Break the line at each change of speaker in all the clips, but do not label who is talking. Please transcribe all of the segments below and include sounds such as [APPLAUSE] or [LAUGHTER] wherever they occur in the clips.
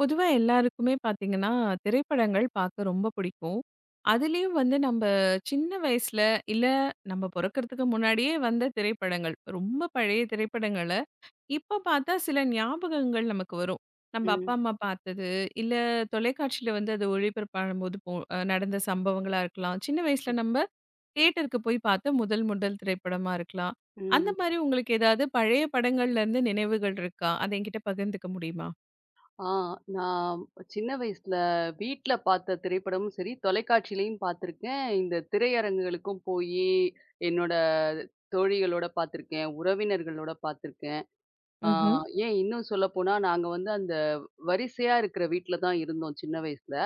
பொதுவா எல்லாருக்குமே பார்த்தீங்கன்னா, திரைப்படங்கள் பார்க்க ரொம்ப பிடிக்கும். அதுலயும் வந்து நம்ப சின்ன வயசுல, இல்ல நம்ம பொறக்கறதுக்கு முன்னாடியே வந்த திரைப்படங்கள். ரொம்ப பழைய திரைப்படங்கள, இப்ப பார்த்தா சில ஞாபகங்கள் நமக்கு வரும். நம்ப அப்பா,
ம்,
அம்மா பார்த்தது, இல்ல தொலைக்காட்சியில வந்து அது ஒளிபரப்பாகும்போது போ அ நடந்த சம்பவங்களா இருக்கலாம். சின்ன வயசுல நம்ப தியேட்டருக்கு போய் பார்த்த முதல் முதல் திரைப்படமா இருக்கலாம். அந்த
ம்.
மாரி உங்களுக்கு ஏதாவது பழைய படங்கள்ல இருந்து நினைவுகள் இருக்கா? அத என்கிட்ட பகிர்ந்துக்க முடியுமா?
ஆ நான் சின்ன வயசுல வீட்ல பார்த்த திரைப்படமும் சரி, தொலைக்காட்சியிலயும் பார்த்துருக்கேன். இந்த திரையரங்குகளுக்கும் போயி, என்னோட தோழிகளோட பார்த்துருக்கேன். உறவினர்களோட பார்த்துருக்கேன். ஆ
ம்ஹ்ம்.
ஏன் இன்னும் சொல்லப்போனா, நாங்க வந்து அந்த வரிசையா இருக்கிற வீட்ல தான் இருந்தோம் சின்ன வயசுல.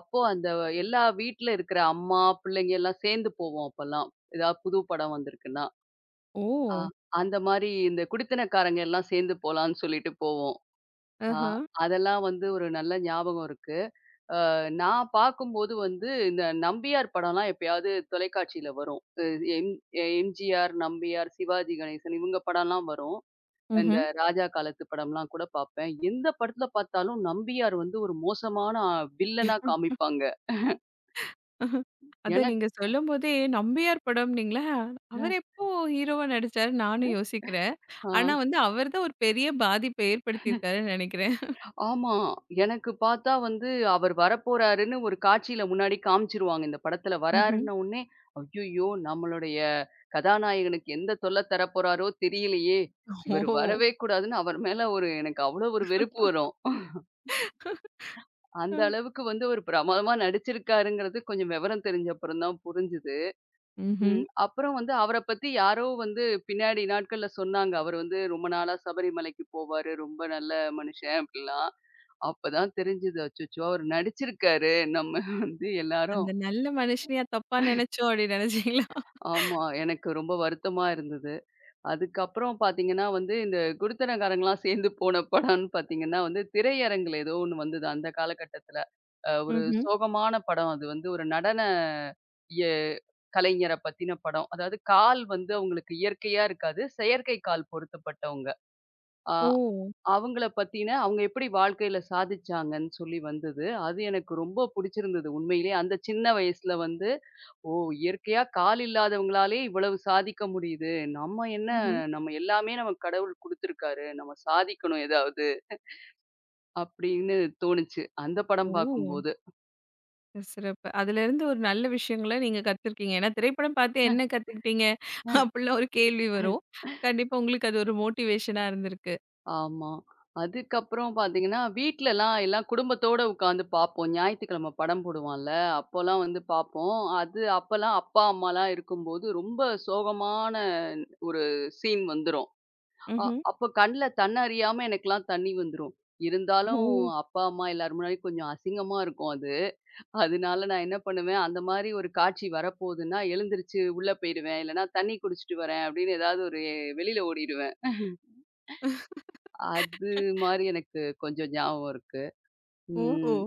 அப்போ அந்த எல்லா வீட்ல இருக்கிற அம்மா, பிள்ளைங்க எல்லாம் சேர்ந்து போவோம் அப்பல்லாம். ஏதாவது புது படம் வந்திருக்குன்னா.
ஓ!
ஆ அந்த மாரி இந்த குடித்தனக்காரங்க எல்லாம் சேர்ந்து போலான்னு சொல்லிட்டு ஆ,
ஆஹா.
அதெல்லாம் வந்து ஒரு நல்ல ஞாபகம் இருக்கு. நான் பார்க்கும்போது வந்து இந்த நம்பியார் படம்லாம் எப்பயாவது தொலைக்காட்சியில வரும். அ எம் எம்ஜிஆர், நம்பியார், சிவாஜி கணேசன் இவங்க படம்லாம் வரும். இந்த
ம்ஹ்ம்.
ராஜா காலத்து படம்லாம் கூட பார்ப்பேன். எந்த படத்துல பார்த்தாலும் நம்பியார் வந்து ஒரு மோசமான வில்லனா காமிப்பாங்க.
அஹ. அதான்
எனக்கு
நீங்க சொல்லும்போதே நம்பியார் படம்னீங்களா? அவர் எப்போ ஹீரோவா நடிச்சாரு நானும் யோசிக்கிறேன்.
ஆ.
ஆனா வந்து அவர் தான் ஒரு பெரிய பாதிப்ப ஏற்படுத்தியிருக்காருன்னு நெனைக்கிறேன்.
ஆமா. எனக்கு பார்த்தா வந்து அவர் வரப்போறாருன்னு ஒரு காட்சியில முன்னாடி காமிச்சுருவாங்க. இந்த படத்துல
ம்ஹ்ம்.
வராருன்ன உடனே, ஐய்யய்யோ! நம்மளுடைய கதாநாயகனுக்கு எந்த தொல்ல தரப்போறாரோ தெரியலையே! இவர்
ஓ!
வரவே கூடாதுன்னு அவர் மேல ஒரு எனக்கு அவ்வளோ ஒரு வெறுப்பு வரும். அந்த அளவுக்கு வந்து ஒரு பிரமாதமா நடிச்சிருக்காருங்கிறது கொஞ்சம் விவரம் தெரிஞ்ச அப்புறம் தான் புரிஞ்சுது.
ம்ஹ்ம்.
ம். அப்புறம் வந்து அவர பத்தி யாரோ வந்து பின்னாடி நாட்கள்ல சொன்னாங்க. அவர் வந்து ரொம்ப நாளா சபரிமலைக்கு போவாரு. ரொம்ப நல்ல மனுஷன் அப்டிலாம். அப்பதான் தெரிஞ்சது. அச்சச்சோ! அவரு நடிச்சிருக்காரு. நம்ம வந்து எல்லாரும்
அந்த நல்ல மனுஷனையா தப்பா நெனைச்சோம் அப்டின்னு நெனைச்சீங்களா?
ஆமா. எனக்கு ரொம்ப வருத்தமா இருந்தது. அதுக்கப்புறம் பார்த்தீங்கன்னா வந்து, இந்த குடித்தனக்காரங்கலாம் சேர்ந்து போன படம்ன்னு பார்த்தீங்கன்னா வந்து, திரையரங்குல ஏதோ ஒண்ணு வந்தது அந்த காலகட்டத்தில. ஒரு
ம்ஹ்ம்.
சோகமான படம் அது வந்து ஒரு நடன எ கலைஞர பத்தின படம். அதாவது கால் வந்து அவங்களுக்கு இயற்கையா இருக்காது. செயற்கை கால் பொருத்தப்பட்டவங்க. அ
ஓ!
அவங்கள பத்தின அவங்க எப்படி வாழ்க்கையில சாதிச்சாங்கன்னு சொல்லி வந்தது. அது எனக்கு ரொம்ப பிடிச்சிருந்தது உண்மையிலேயே. அந்த சின்ன வயசுல வந்து, "ஓ! இயற்கையா கால் இல்லாதவங்களாலே இவ்வளவு சாதிக்க முடியுது. நம்ம என்ன
ம்ஹ்ம்.
நம்ம எல்லாமே நமக்கு கடவுள் குடுத்துருக்காரு. நம்ம சாதிக்கணும் ஏதாவது." அப்படின்னு தோணுச்சு. அந்த படம்
ஓ!
பார்க்கும்போது.
சிறப்பு. அதுலேருந்து ஒரு நல்ல விஷயங்கள நீங்க கத்துருக்கீங்க. ஏன்னா திரைப்படம் பார்த்து என்ன கத்துக்கிட்டீங்க? அப்டிலாம் ஒரு கேள்வி வரும். கண்டிப்பா உங்களுக்கு அது ஒரு மோட்டிவேஷனா இருந்திருக்கு.
ஆமா. அதுக்கப்புறம் பார்த்தீங்கன்னா, வீட்லலாம் எல்லாம் எல்லாம் குடும்பத்தோட உட்காந்து பார்ப்போம். ஞாயித்துக்கிழமை படம் போடுவான்ல, அப்போலாம் வந்து பார்ப்போம். அது அப்பலாம் அப்பா, அம்மாலாம் இருக்கும்போது ரொம்ப சோகமான ஒரு சீன் வந்துரும். அ
ம்ஹ்ம்.
அப்போ கண்ல தன்ன அறியாம எனக்கெல்லாம் தண்ணி வந்துரும்.
ஓ!
இருந்தாலும் அப்பா, அம்மா எல்லார் முன்னாடியும் கொஞ்சம் அசிங்கமா இருக்கும் அது. அதனால நான் என்ன பண்ணுவேன், அந்த மாரி ஒரு காட்சி வரப்போகுதுன்னா, எழுந்திருச்சு உள்ள போயிருவேன். இல்லன்னா தண்ணி குடிச்சிட்டு வரேன் அப்படின்னு ஏதாவது ஒரு வெளியில ஓடிருவேன். அது மாரி எனக்கு கொஞ்சம் ஞாபகம் இருக்கு.
ஓஹோ!
ம்.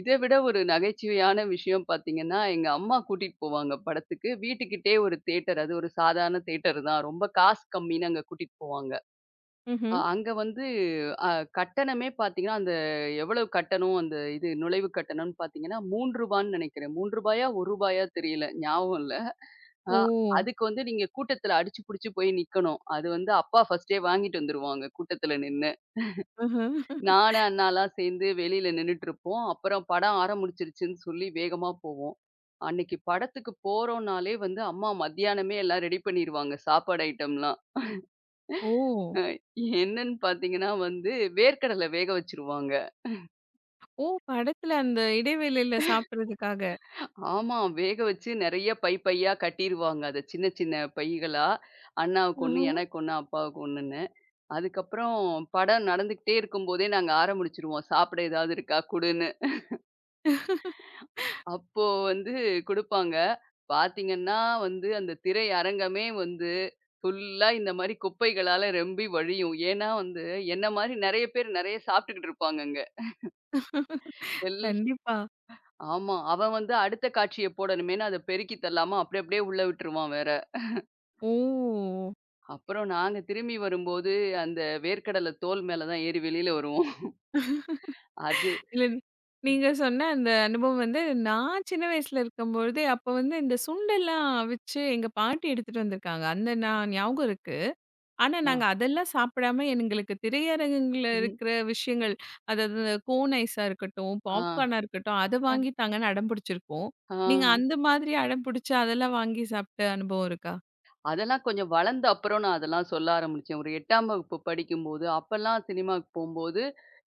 இத விட ஒரு நகைச்சுவையான விஷயம் பார்த்தீங்கன்னா, எங்க அம்மா கூட்டிட்டு போவாங்க படத்துக்கு. வீட்டுக்கிட்டயே ஒரு தியேட்டர். அது ஒரு சாதாரண தியேட்டர் தான். ரொம்ப காசு கம்மின்னு அங்க கூட்டிட்டு போவாங்க.
ம்ஹ்ம்.
அங்க வந்து அ கட்டணமே பார்த்தீங்கன்னா, அந்த எவ்வளவு கட்டணம் அந்த இது நுழைவு கட்டணம்னு பார்த்தீங்கன்னா, ரூ. 3 நெனைக்கிறேன். ரூ. 3 ரூ. 1 தெரியல. ஞாபகம் இல்ல. அ
ஓ!
அதுக்கு வந்து நீங்க கூட்டத்துல அடிச்சு புடிச்சு போய் நிக்கணும். அது வந்து அப்பா ஃபர்ஸ்ட்டே வாங்கிட்டு வந்துருவாங்க கூட்டத்துல நின்னு.
ஆஹா.
நானு, அண்ணாலாம் சேர்ந்து வெளியில நின்னுட்டுருப்போம். அப்புறம் படம் ஆரம்பிச்சிருச்சுன்னு சொல்லி வேகமா போவோம். அன்னைக்கு படத்துக்கு போறோம்னாலே வந்து அம்மா மத்தியானமே எல்லாம் ரெடி பண்ணிருவாங்க. சாப்பாடு ஐட்டம்லாம்.
ஓ!
அ என்னன்னு பார்த்தீங்கன்னா வந்து, வேர்க்கடல வேக வச்சுருவாங்க.
ஓ! படத்துல அந்த இடைவேளையில சாப்பிடுறதுக்காக.
ஆமா. வேக வச்சு நெறைய பை பையா கட்டிருவாங்க. அத சின்ன சின்ன பைகளா. அண்ணாவுக்கு
ஆஹ.
1, எனக்கு 1, அப்பாவுக்கு 1ன்னு. அதுக்கப்புறம் படம் நடந்துகிட்டே இருக்கும்போதே நாங்க ஆரம்பிச்சுருவோம். சாப்பிட ஏதாவது இருக்கா குடுன்னு. அப்போ வந்து குடுப்பாங்க. பார்த்தீங்கன்னா வந்து, அந்த திரையரங்கமே வந்து ஃபுல்லா இந்த மாரி குப்பைகளால ரொம்பி வழியும். ஏன்னா வந்து, என்ன மாரி நெறைய பேர் நெறைய சாப்பிட்டுக்கிட்டு இருப்பாங்க அங்க. எல்
கண்டிப்பா.
ஆமா. அவன் வந்து அடுத்த காட்சிய போடணுமேன்னு அத பெருக்கி தள்ளாம அப்படி அப்படியே உள்ள விட்டுருவான் வேற.
ஓ!
அப்புறம் நாங்க திரும்பி வரும்போது அந்த வேர்க்கடலை தோல் மேல தான் ஏறி வெளியில வருவோம். அது.
இல்ல நீங்க சொன்ன அந்த அனுபவம் வந்து நான் சின்ன வயசுல இருக்கும்பொழுது, அப்ப வந்து இந்த சுண்டெல்லாம் வச்சு எங்க பாட்டி எடுத்துட்டு வந்திருக்காங்க. அந்த நான் ஞாபகம் இருக்கு. ஆனா,
ஆ.
நாங்க அதெல்லாம் சாப்பிடாம எங்களுக்கு திரையரங்குல
ம்.
இருக்கிற விஷயங்கள், அதாவது கோன் ஐஸா இருக்கட்டும்,
ஆ.
பாப்கார்னா இருக்கட்டும், அத வாங்கி தாங்கன்னு அடம் பிடிச்சிருக்கோம்.
ஆ.
நீங்க அந்த மாதிரி அடம் பிடிச்சு அதெல்லாம் வாங்கி சாப்பிட்ட அனுபவம் இருக்கா?
அதெல்லாம் கொஞ்சம் வளர்ந்த அப்புறம் நான் அதெல்லாம் சொல்ல ஆரம்பிச்சேன். ஒரு 8ஆம் வகுப்பு படிக்கும்போது, அப்பல்லாம் சினிமாவுக்கு போம்போது,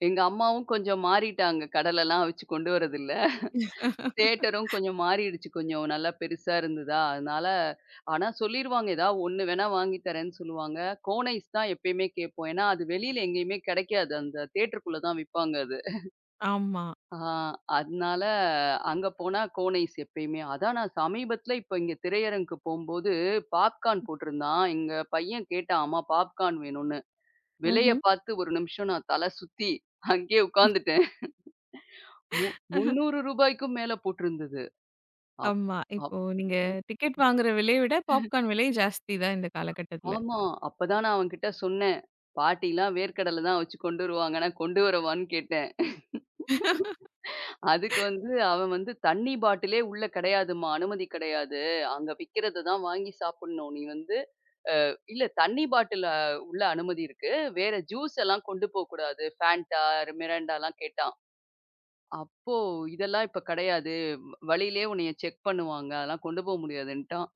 எங்க அம்மாவும் கொஞ்சம் மாறிட்டாங்க. கடலெல்லாம் அவிச்சு கொண்டு வரதில்ல. தியேட்டரும் கொஞ்சம் மாறிடுச்சு. கொஞ்சம் நல்லா பெருசா இருந்ததா, அதனால ஆனா சொல்லிருவாங்க. ஏதாவது ஒண்ணு வேணா வாங்கி தரேன்னு சொல்லுவாங்க. கோன் ஐஸ் தான் எப்பயுமே கேட்போம். ஏன்னா, அது வெளியில எங்கேயுமே கிடைக்காது. அந்த தியேட்டருக்குள்ள தான் விப்பாங்க அது.
ஆமா.
ஆ, அதனால அங்க போனா கோன் ஐஸ் எப்பயுமே. அதான் நான் சமீபத்துல இப்ப இங்க திரையரங்குக்கு போம்போது பாப்கார்ன் போட்டிருந்தான். எங்க பையன் கேட்டான், "அம்மா பாப்கார்ன் வேணும்னு." விலைய
ம்ஹ்ம்.
பார்த்து ஒரு நிமிஷம் நான் தல சுத்தி அங்கேயே உட்கார்ந்துட்டேன். மு ரூ. 300க்கும் மேல போட்டிருந்தது. அப்
ஆமா.
அப்
இப்போ நீங்க டிக்கெட் வாங்குற விலைய விட பாப்கார்ன் விலை ஜாஸ்தி தான் இந்த காலகட்டத்தில.
ஆமா. அப்பதான் நான் அவன்கிட்ட சொன்னேன். "பாட்டிலாம் வேர்க்கடல தான் வச்சு கொண்டு வருவாங்க. நான் கொண்டு வரவான்னு?" கேட்டேன். அதுக்கு வந்து அவன் வந்து, "தண்ணி பாட்டிலே உள்ள கிடையாதும்மா. அனுமதி கிடையாது. அங்க விக்கிறத தான் வாங்கி சாப்பிடணும். நீ வந்து இல்ல தண்ணி பாட்டில் உள்ள அனுமதி இருக்கு. வேற ஜூஸ் எல்லாம் கொண்டு போக்கூடாது. ஃபேண்டா, மிரிண்டாலாம் கேட்டான். அப்போ இதெல்லாம் இப்ப கிடையாது. வழியிலேயே உன்னைய செக் பண்ணுவாங்க. அதெல்லாம் கொண்டு போ முடியாதுன்ட்டான்.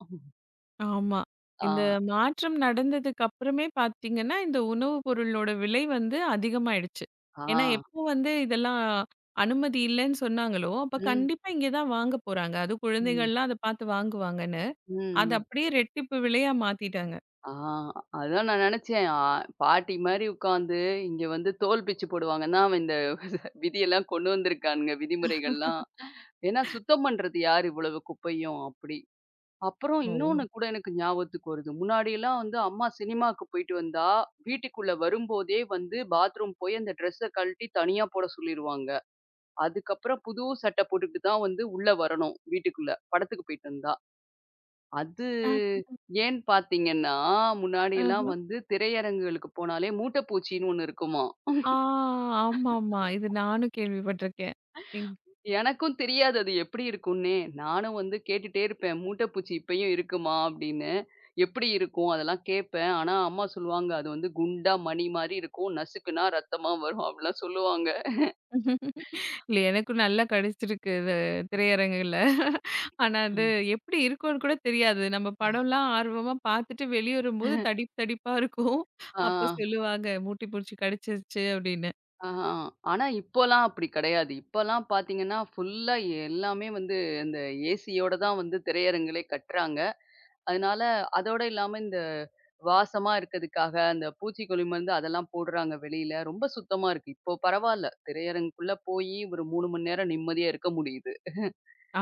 ஆமா. இந்த
ஆ,
மாற்றம் நடந்ததுக்கு அப்புறமே பார்த்தீங்கன்னா, இந்த உணவு பொருளோட விலை வந்து அதிகமாயிடுச்சு.
ஆ.
ஏன்னா, எப்போ வந்து இதெல்லாம் அனுமதி இல்லன்னு சொன்னாங்களோ, அப்ப
ம்,
கண்டிப்பா இங்க தான் வாங்க போறாங்க. அதுவும்
ம்,
குழந்தைகள்லாம் அத பார்த்து வாங்குவாங்கன்னு, அத
ம்.
அப்படியே ரெட்டிப்பு விலையா மாத்திட்டாங்க.
ஆ அதான் நான் நெனச்சேன். பாட்டி மாரி உட்காந்து இங்க வந்து தோல் பிச்சு போடுவாங்கன்னா, அவன் இந்த விதியெல்லாம் கொண்டு வந்திருக்கானுங்க விதிமுறைகள்லாம். ஏன்னா சுத்தம் பண்றது யார் இவ்வளவு குப்பையும்? அப்படி. அப்புறம்
ஓ!
இன்னொன்னு கூட எனக்கு ஞாபகத்துக்கு வருது. முன்னாடிலாம் வந்து அம்மா சினிமாக்கு போயிட்டு வந்தா, வீட்டுக்குள்ள வரும்போதே வந்து பாத்ரூம் போய் அந்த ட்ரெஸ்ஸ கழட்டி தனியா போட சொல்லிருவாங்க. அதுக்கப்புறம் புது சட்டை போட்டுக்கிட்டு தான் வந்து உள்ள வரணும் வீட்டுக்குள்ள, படத்துக்கு போயிட்டு வந்தா. அது
அ
ஏன்னு பார்த்தீங்கன்னா,
ஆஹ.
முன்னாடிலாம் வந்து திரையரங்குகளுக்கு போனாலே மூட்டை பூச்சின்னு ஒண்ணு இருக்குமா.
ஆ ஆமாமா. இது நானும் கேள்விப்பட்டிருக்கேன். இங்
எனக்கும் தெரியாது அது எப்படி இருக்கும்னே. நானும் வந்து கேட்டுட்டே இருப்பேன். "மூட்டை பூச்சி இப்பயும் இருக்குமா?" அப்படின்னு. "எப்படி இருக்கும்?" அதெல்லாம் கேட்பேன். ஆனா அம்மா சொல்லுவாங்க, "அது வந்து குண்டா மணி மாரி இருக்கும். நசுக்குனா ரத்தமா வரும்." அப்படிலாம் சொல்லுவாங்க.
[LAUGHS] இல்ல எனக்கும் நல்லா கிடைச்சிருக்கு இது திரையரங்குல. ஆனா, அது எப்படி இருக்கும்னு கூட தெரியாது. நம்ம
ஆமா.
படம்லாம் ஆர்வமா பார்த்துட்டு வெளிய வரும்போது தடிப்பு தடிப்பா இருக்கும்.
ஆ,
அப்ப சொல்லுவாங்க, "மூட்டி புடிச்சு கடிச்சிருச்சு" அப்படின்னு.
ஆ. ஆனா இப்போலாம் அப்படி கிடையாது. இப்போலாம் பார்த்தீங்கன்னா, ஃபுல்லா எல்லாமே வந்து இந்த ஏசியோட தான் வந்து திரையரங்குகளே கட்டுறாங்க. அதனால அதோட இல்லாம இந்த வாசமா இருக்கிறதுக்காக அந்த பூச்சிக்கொல்லி மருந்து அதெல்லாம் போடுறாங்க வெளியில. ரொம்ப சுத்தமா இருக்கு. இப்போ பரவால்ல. திரையரங்குக்குள்ள போயி ஒரு 3 மணி நேரம் நிம்மதியா இருக்க முடியுது.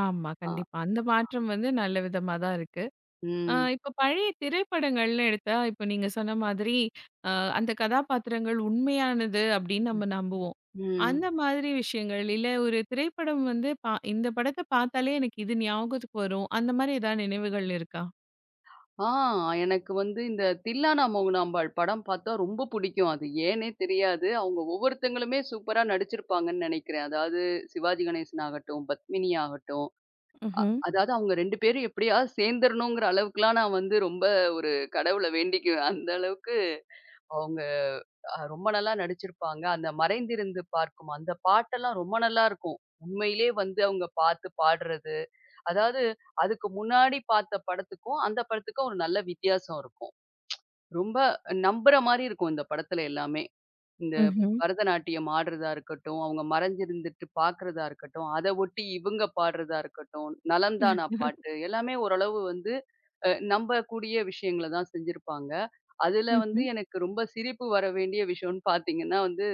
ஆமா,
ஆ.
கண்டிப்பா. அந்த மாற்றம் வந்து நல்ல விதமா தான் இருக்கு.
ம்.
இப்ப பழைய திரைப்படங்கள்னு எடுத்தா, இப்ப நீங்க சொன்ன மாதிரி, அ அந்த கதாபாத்திரங்கள் உண்மையானது அப்படின்னு நம்ம நம்புவோம்.
ம்.
அந்த மாதிரி விஷயங்கள், இல்ல ஒரு திரைப்படம் வந்து இந்த படத்த பார்த்தாலே எனக்கு இது ஞாபகத்துக்கு வரும். அந்த மாரி ஏதாவது நினைவுகள் இருக்கா?
ஆ எனக்கு வந்து இந்த தில்லானா மோகனாம்பாள் படம் பார்த்தா ரொம்ப புடிக்கும். அது ஏன்னே தெரியாது. அவங்க ஒவ்வொருத்தங்களுமே சூப்பரா நடிச்சிருப்பாங்கன்னு நெனைக்கிறேன். அதாவது சிவாஜி கணேசன் ஆகட்டும், பத்மினி ஆகட்டும். அ
ம்ஹ்ம்.
அதாவது அவங்க 2 பேரும் எப்படியாவது சேர்ந்துரணுங்கிற அளவுக்குலாம் நான் வந்து ரொம்ப ஒரு கடவுள வேண்டிக்குவேன். அந்த அளவுக்கு அவங்க ரொம்ப நல்லா நடிச்சிருப்பாங்க. அந்த மறைந்திருந்து பார்க்கும் அந்த பாட்டெல்லாம் ரொம்ப நல்லா இருக்கும். உண்மையிலே வந்து அவங்க பார்த்து பாடுறது. அதாவது அதுக்கு முன்னாடி பார்த்த படத்துக்கும், அந்த படத்துக்கும் ஒரு நல்ல வித்தியாசம் இருக்கும். ரொம்ப நம்புற மாரி இருக்கும் இந்த படத்துல எல்லாமே. இந்த
ம்ஹ்ம்.
பரதநாட்டியம் ஆடுறதா இருக்கட்டும், அவங்க மறைஞ்சிருந்துட்டு பார்க்கிறதா இருக்கட்டும், அத ஒட்டி இவங்க பாடுறதா இருக்கட்டும், நலந்தானா பாட்டு எல்லாமே ஓரளவு வந்து நம்பக்கூடிய விஷயங்கள தான் செஞ்சிருப்பாங்க. அதுல வந்து
ம்ஹ்ம்.
எனக்கு ரொம்ப சிரிப்பு வர வேண்டிய விஷயம்னு பார்த்தீங்கன்னா வந்து,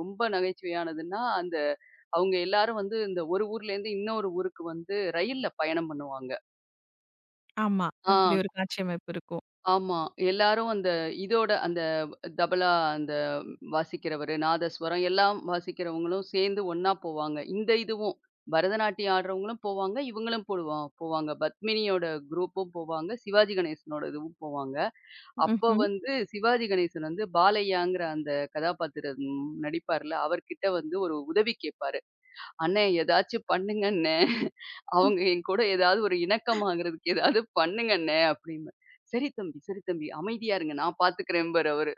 ரொம்ப நகைச்சுவையானதுன்னா, அந்த அவங்க எல்லாரும் வந்து இந்த ஒரு ஊர்லேருந்து இன்னொரு ஊருக்கு வந்து ரயில்ல பயணம் பண்ணுவாங்க.
ஆமா. அப்படி
ஆ.
ஒரு காட்சி அமைப்பு இருக்கும்.
ஆமா. எல்லாரும் அந்த இதோட அந்த தபலா அந்த வாசிக்கிறவரு, நாதஸ்வரம் எல்லாம் வாசிக்கிறவங்களும் சேர்ந்து ஒண்ணா போவாங்க. இந்த இதுவும் பரதநாட்டியம் ஆடுறவங்களும் போவாங்க. இவங்களும் போடுவா போவாங்க. பத்மினியோட குரூப்பும் போவாங்க. சிவாஜி கணேசனோட இதுவும் போவாங்க. அப்ப
ம்ஹ்ம்.
வந்து சிவாஜி கணேசன் வந்து பாலையாங்கிற அந்த கதாபாத்திரம் நடிப்பார்ல, அவர்கிட்ட வந்து ஒரு உதவி கேட்பாரு. "அண்ணே ஏதாச்சும் பண்ணுங்க அண்ணே. அவங்க என் கூட ஏதாவது ஒரு இணக்கமாகறதுக்கு ஏதாவது பண்ணுங்க அண்ணே" அப்படிம்பேன். "சரி தம்பி, சரி தம்பி. அமைதியா இருங்க. நான் பார்த்துக்கிறேன்பாரு" அவரு.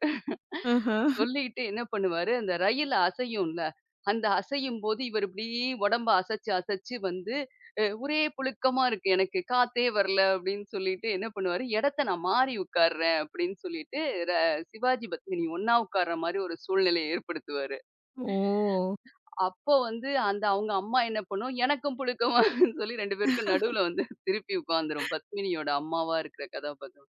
ஆஹா.
சொல்லிட்டு என்ன பண்ணுவாரு, அந்த ரயில் அசையும்ல, அந்த அசையும்போது இவரு இப்படி உடம்ப அசச்சு அசச்சு வந்து, "ஒரே புழுக்கமா இருக்கு எனக்கு. காத்தே வரல" அப்படின்னு சொல்லிட்டு என்ன பண்ணுவாரு, "இடத்த நான் மாறி உட்காருறேன்" அப்படின்னு சொல்லிட்டு ர சிவாஜி பத்மினி ஒண்ணா உட்கார்ற மாரி ஒரு சூழ்நிலைய ஏற்படுத்துவாரு.
ஓ!
அப்போ வந்து அந்த அவங்க அம்மா என்ன பண்ணும், "எனக்கும் புடிக்குமா" சொல்லி 2 பேருக்கும் நடுவுல வந்து திருப்பி உட்காந்துரும். பத்மினியோட அம்மாவா இருக்கிற கதாபாத்திரம்.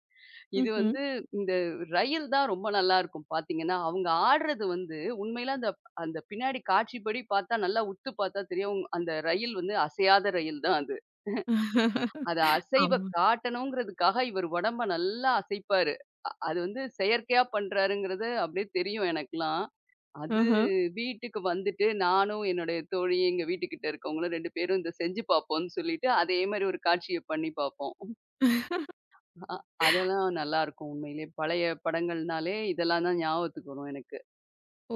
இது
ம்ஹ்ம்.
வந்து இந்த ரயில் தான் ரொம்ப நல்லாருக்கும் பார்த்தீங்கன்னா, அவங்க ஆடுறது வந்து உண்மையில அந்த அந்த பின்னாடி காட்சிப்படி பார்த்தா நல்லா உத்து பார்த்தா தெரியும். அவங்க- அந்த ரயில் வந்து அசையாத ரயில் தான் அது. அத அசைவ
ஆமா.
காட்டணுங்கிறதுக்காக இவர் உடம்ப நல்லா அசைப்பாரு. அது வந்து செயற்கையா பண்றாருங்கிறது அப்படியே தெரியும் எனக்கெல்லாம். அது
ஆஹா.
வீட்டுக்கு வந்துட்டு நானும் என்னுடைய தோழியும், எங்க வீட்டுக்கிட்ட இருக்கவங்களும் 2 பேரும் இத செஞ்சு பார்ப்போம்ன்னு சொல்லிட்டு, அதே மாரி ஒரு காட்சிய பண்ணி பார்ப்போம். அ அதெல்லாம் நல்லாருக்கும் உண்மையிலே. பழைய படங்கள்னாலே இதெல்லாம் தான் ஞாபகத்துக்கு வரும் எனக்கு.
ஓ!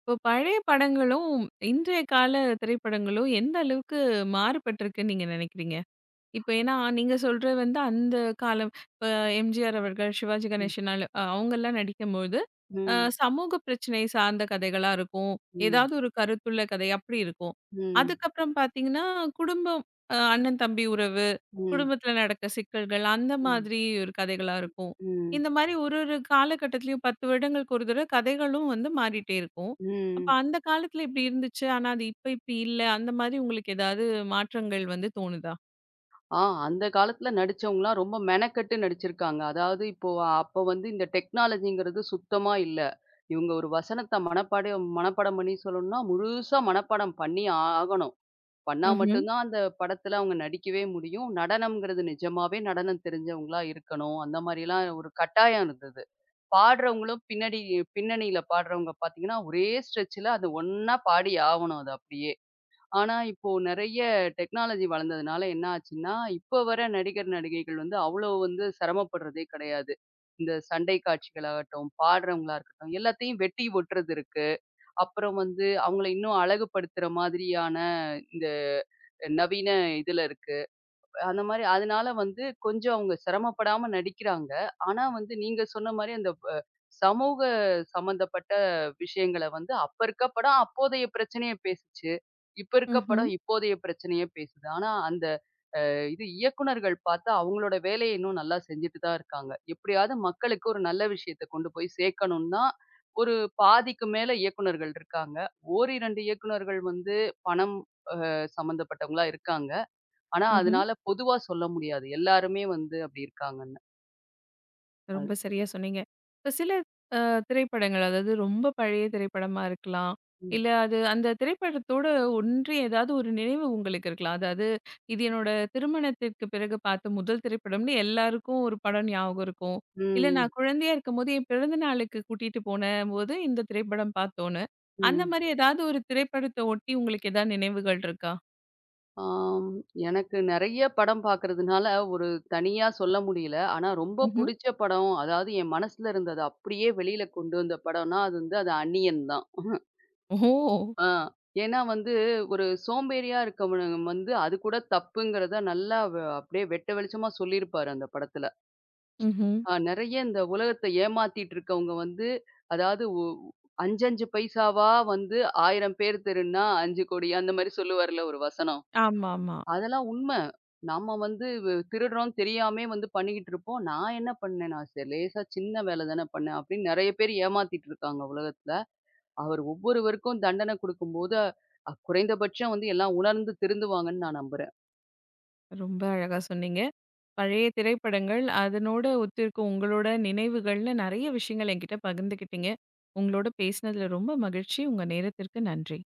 இப்போ பழைய படங்களும், இன்றைய கால திரைப்படங்களும் எந்த அளவுக்கு மாறுபட்டிருக்குன்னு நீங்க நினைக்கிறீங்க? இப்ப ஏன்னா, நீங்க சொல்றது வந்து அந்த காலம். இப்ப எம்ஜிஆர் அவர்கள், சிவாஜி
ம்.
கணேசன் அவங்கலாம் நடிக்கும்போது, அ
ம்.
சமூக பிரச்சனை சார்ந்த கதைகளா இருக்கும்.
ம்.
ஏதாவது ஒரு கருத்துள்ள கதை அப்படி இருக்கும்.
ம்.
அதுக்கப்புறம் பார்த்தீங்கன்னா, குடும்பம் அண்ணன், தம்பி உறவு,
ம்.
குடும்பத்தில நடக்க சிக்கல்கள் அந்த
ம்.
மாதிரி ஒரு கதைகளா இருக்கும்.
ம்.
இந்த மாரி ஒரு ஒரு காலகட்டத்திலயும் 10 வருடங்களுக்கு ஒரு தடவ கதைகளும் வந்து மாறிட்டே இருக்கும். அப்ப
ம்.
அந்த காலத்தில இப்படி இருந்துச்சு. ஆனா, அது இப்ப இப்படி இல்ல. அந்த மாரி உங்களுக்கு ஏதாவது மாற்றங்கள் வந்து தோணுதா?
ஆ அந்த காலத்துல நடிச்சவங்கலாம் ரொம்ப மெனக்கெட்டு நடிச்சிருக்காங்க. அதாவது இப்போ அப்ப வந்து இந்த டெக்னாலஜிங்கிறது சுத்தமா இல்ல. இவங்க ஒரு வசனத்த மனப்பாடம் மனப்பாடம் பண்ணி சொல்லணும்னா, முழுசா மனப்பாடம் பண்ணி ஆகணும். பண்ணா
ம்ஹ்ம்.
மட்டும் தான் அந்த படத்துல அவங்க நடிக்கவே முடியும். நடனம்ங்கிறது நிஜமாவே நடனம் தெரிஞ்சவங்களா இருக்கணும். அந்த மாரிலாம் ஒரு கட்டாயம் இருந்தது. பாடுறவங்களும் பின்னாடி பின்னணியில பாடுறவங்க பார்த்தீங்கன்னா, ஒரே ஸ்ட்ரெச்சுல அது ஒண்ணா பாடி ஆவணும் அது அப்படியே. ஆனா இப்போ நெறைய டெக்னாலஜி வளர்ந்ததுனால என்ன ஆச்சுன்னா, இப்ப வர நடிகர், நடிகைகள் வந்து அவ்வளோ வந்து சிரமப்படுறதே கிடையாது. இந்த சண்டை காட்சிகளாகட்டும், பாடுறவங்களா இருக்கட்டும், எல்லாத்தையும் வெட்டி ஒட்டுறது இருக்கு. அப்புறம் வந்து அவங்கள இன்னும் அழகுபடுத்துற மாதிரியான நவீன இதுல இருக்கு. அந்த மாரி அதனால வந்து கொஞ்சம் அவங்க சிரமப்படாம நடிக்கிறாங்க. ஆனா வந்து நீங்க சொன்ன மாரி அந்த சமூக சம்மந்தப்பட்ட விஷயங்கள வந்து அப்ப இருக்க படம் அப்போதைய பிரச்சனைய பேசுச்சு. இப்ப இருக்க
ம்ஹ்ம்,
படம் இப்போதைய பிரச்சனைய பேசுது. ஆனா அந்த இது இயக்குனர்கள் பார்த்தா அவங்களோட வேலைய இன்னும் நல்லா செஞ்சுட்டு தான் இருக்காங்க. எப்படியாவது மக்களுக்கு ஒரு நல்ல விஷயத்த கொண்டு போய் சேர்க்கணும்னா, ஒரு பாதிக்கு மேல இயக்குனர்கள் இருக்காங்க. ஓரிரண்டு இயக்குனர்கள் வந்து பணம் சம்மந்தப்பட்டவங்களா இருக்காங்க. ஆனா,
ம்ஹ்ம்.
அதனால பொதுவா சொல்ல முடியாது. எல்லாருமே வந்து அப்டி இருக்காங்கன்னு.
ரொம்ப
அது.
சரியா சொன்னீங்க. இப்ப சில அ திரைப்படங்கள், அதாவது ரொம்ப பழைய திரைப்படமா இருக்கலாம்.
ம்.
இல்ல அது அந்த திரைப்படத்தோட ஒன்றி ஏதாவது ஒரு நினைவு உங்களுக்கு இருக்கலாம். அதாவது, இது என்னோட திருமணத்திற்கு பிறகு பார்த்த முதல் திரைப்படம்னு எல்லாருக்கும் ஒரு படம் ஞாபகம் இருக்கும். இல்ல
ம்.
நான் குழந்தையா இருக்கும்போது என் பிறந்த நாளுக்கு கூட்டிட்டு போனபோது இந்த திரைப்படம் பார்த்தோன்னு. அந்த
ம்.
மாரி ஏதாவது ஒரு திரைப்படத்த ஒட்டி உங்களுக்கு ஏதாவது நினைவுகள் இருக்கா?
ஆம். எனக்கு நெறைய படம் பார்க்கறதுனால, ஒரு தனியா சொல்ல முடியல. ஆனா, ரொம்ப
ம்ஹ்ம்.
புடிச்ச படம், அதாவது என் மனசுல இருந்தத அப்படியே வெளியில கொண்டு வந்த படம்னா, அது அந்நியன் தான்.
ஓ!
ஆ. ஏன்னா வந்து, ஒரு சோம்பேறியா இருக்கவன் வந்து அது கூட தப்புங்கிறத நல்லா அப்படியே வெட்ட வெளிச்சமா சொல்லியிருப்பாரு அந்த படத்துல.
ம்ஹ்ம்.
நெறைய இந்த உலகத்த ஏமாத்திட்டு இருக்கவங்க வந்து, அதாவது 5, 5 பைசாவா வந்து 1000 பேர் தெருன்னா 5,00,00,000 அந்த மாரி சொல்லுவார்ல ஒரு வசனம்.
ஆமாமா.
அதெல்லாம் உண்ம. நம்ம வந்து திருடுறோம்னு தெரியாமயே வந்து பண்ணிக்கிட்டு இருப்போம். நான் என்ன பண்ணேன், நான் லேசா சின்ன வேல தான பண்ணேன் அப்படின்னு நெறைய பேர் ஏமாத்திட்டு இருக்காங்க உலகத்துல. அவர் ஒவ்வொருவருக்கும் தண்டனை குடுக்கும்போது, குறைந்தபட்சம் வந்து எல்லாம் உணர்ந்து திருந்துவாங்கன்னு நான் நம்புறேன்.
ரொம்ப அழகா சொன்னீங்க. பழைய திரைப்படங்கள், அதனோட ஒத்திருக்கும் உங்களோட நினைவுகள்னு நெறைய விஷயங்கள் என்கிட்ட பகிர்ந்துக்கிட்டீங்க. உங்களோட பேசினதுல ரொம்ப மகிழ்ச்சி. உங்க நேரத்திற்கு நன்றி.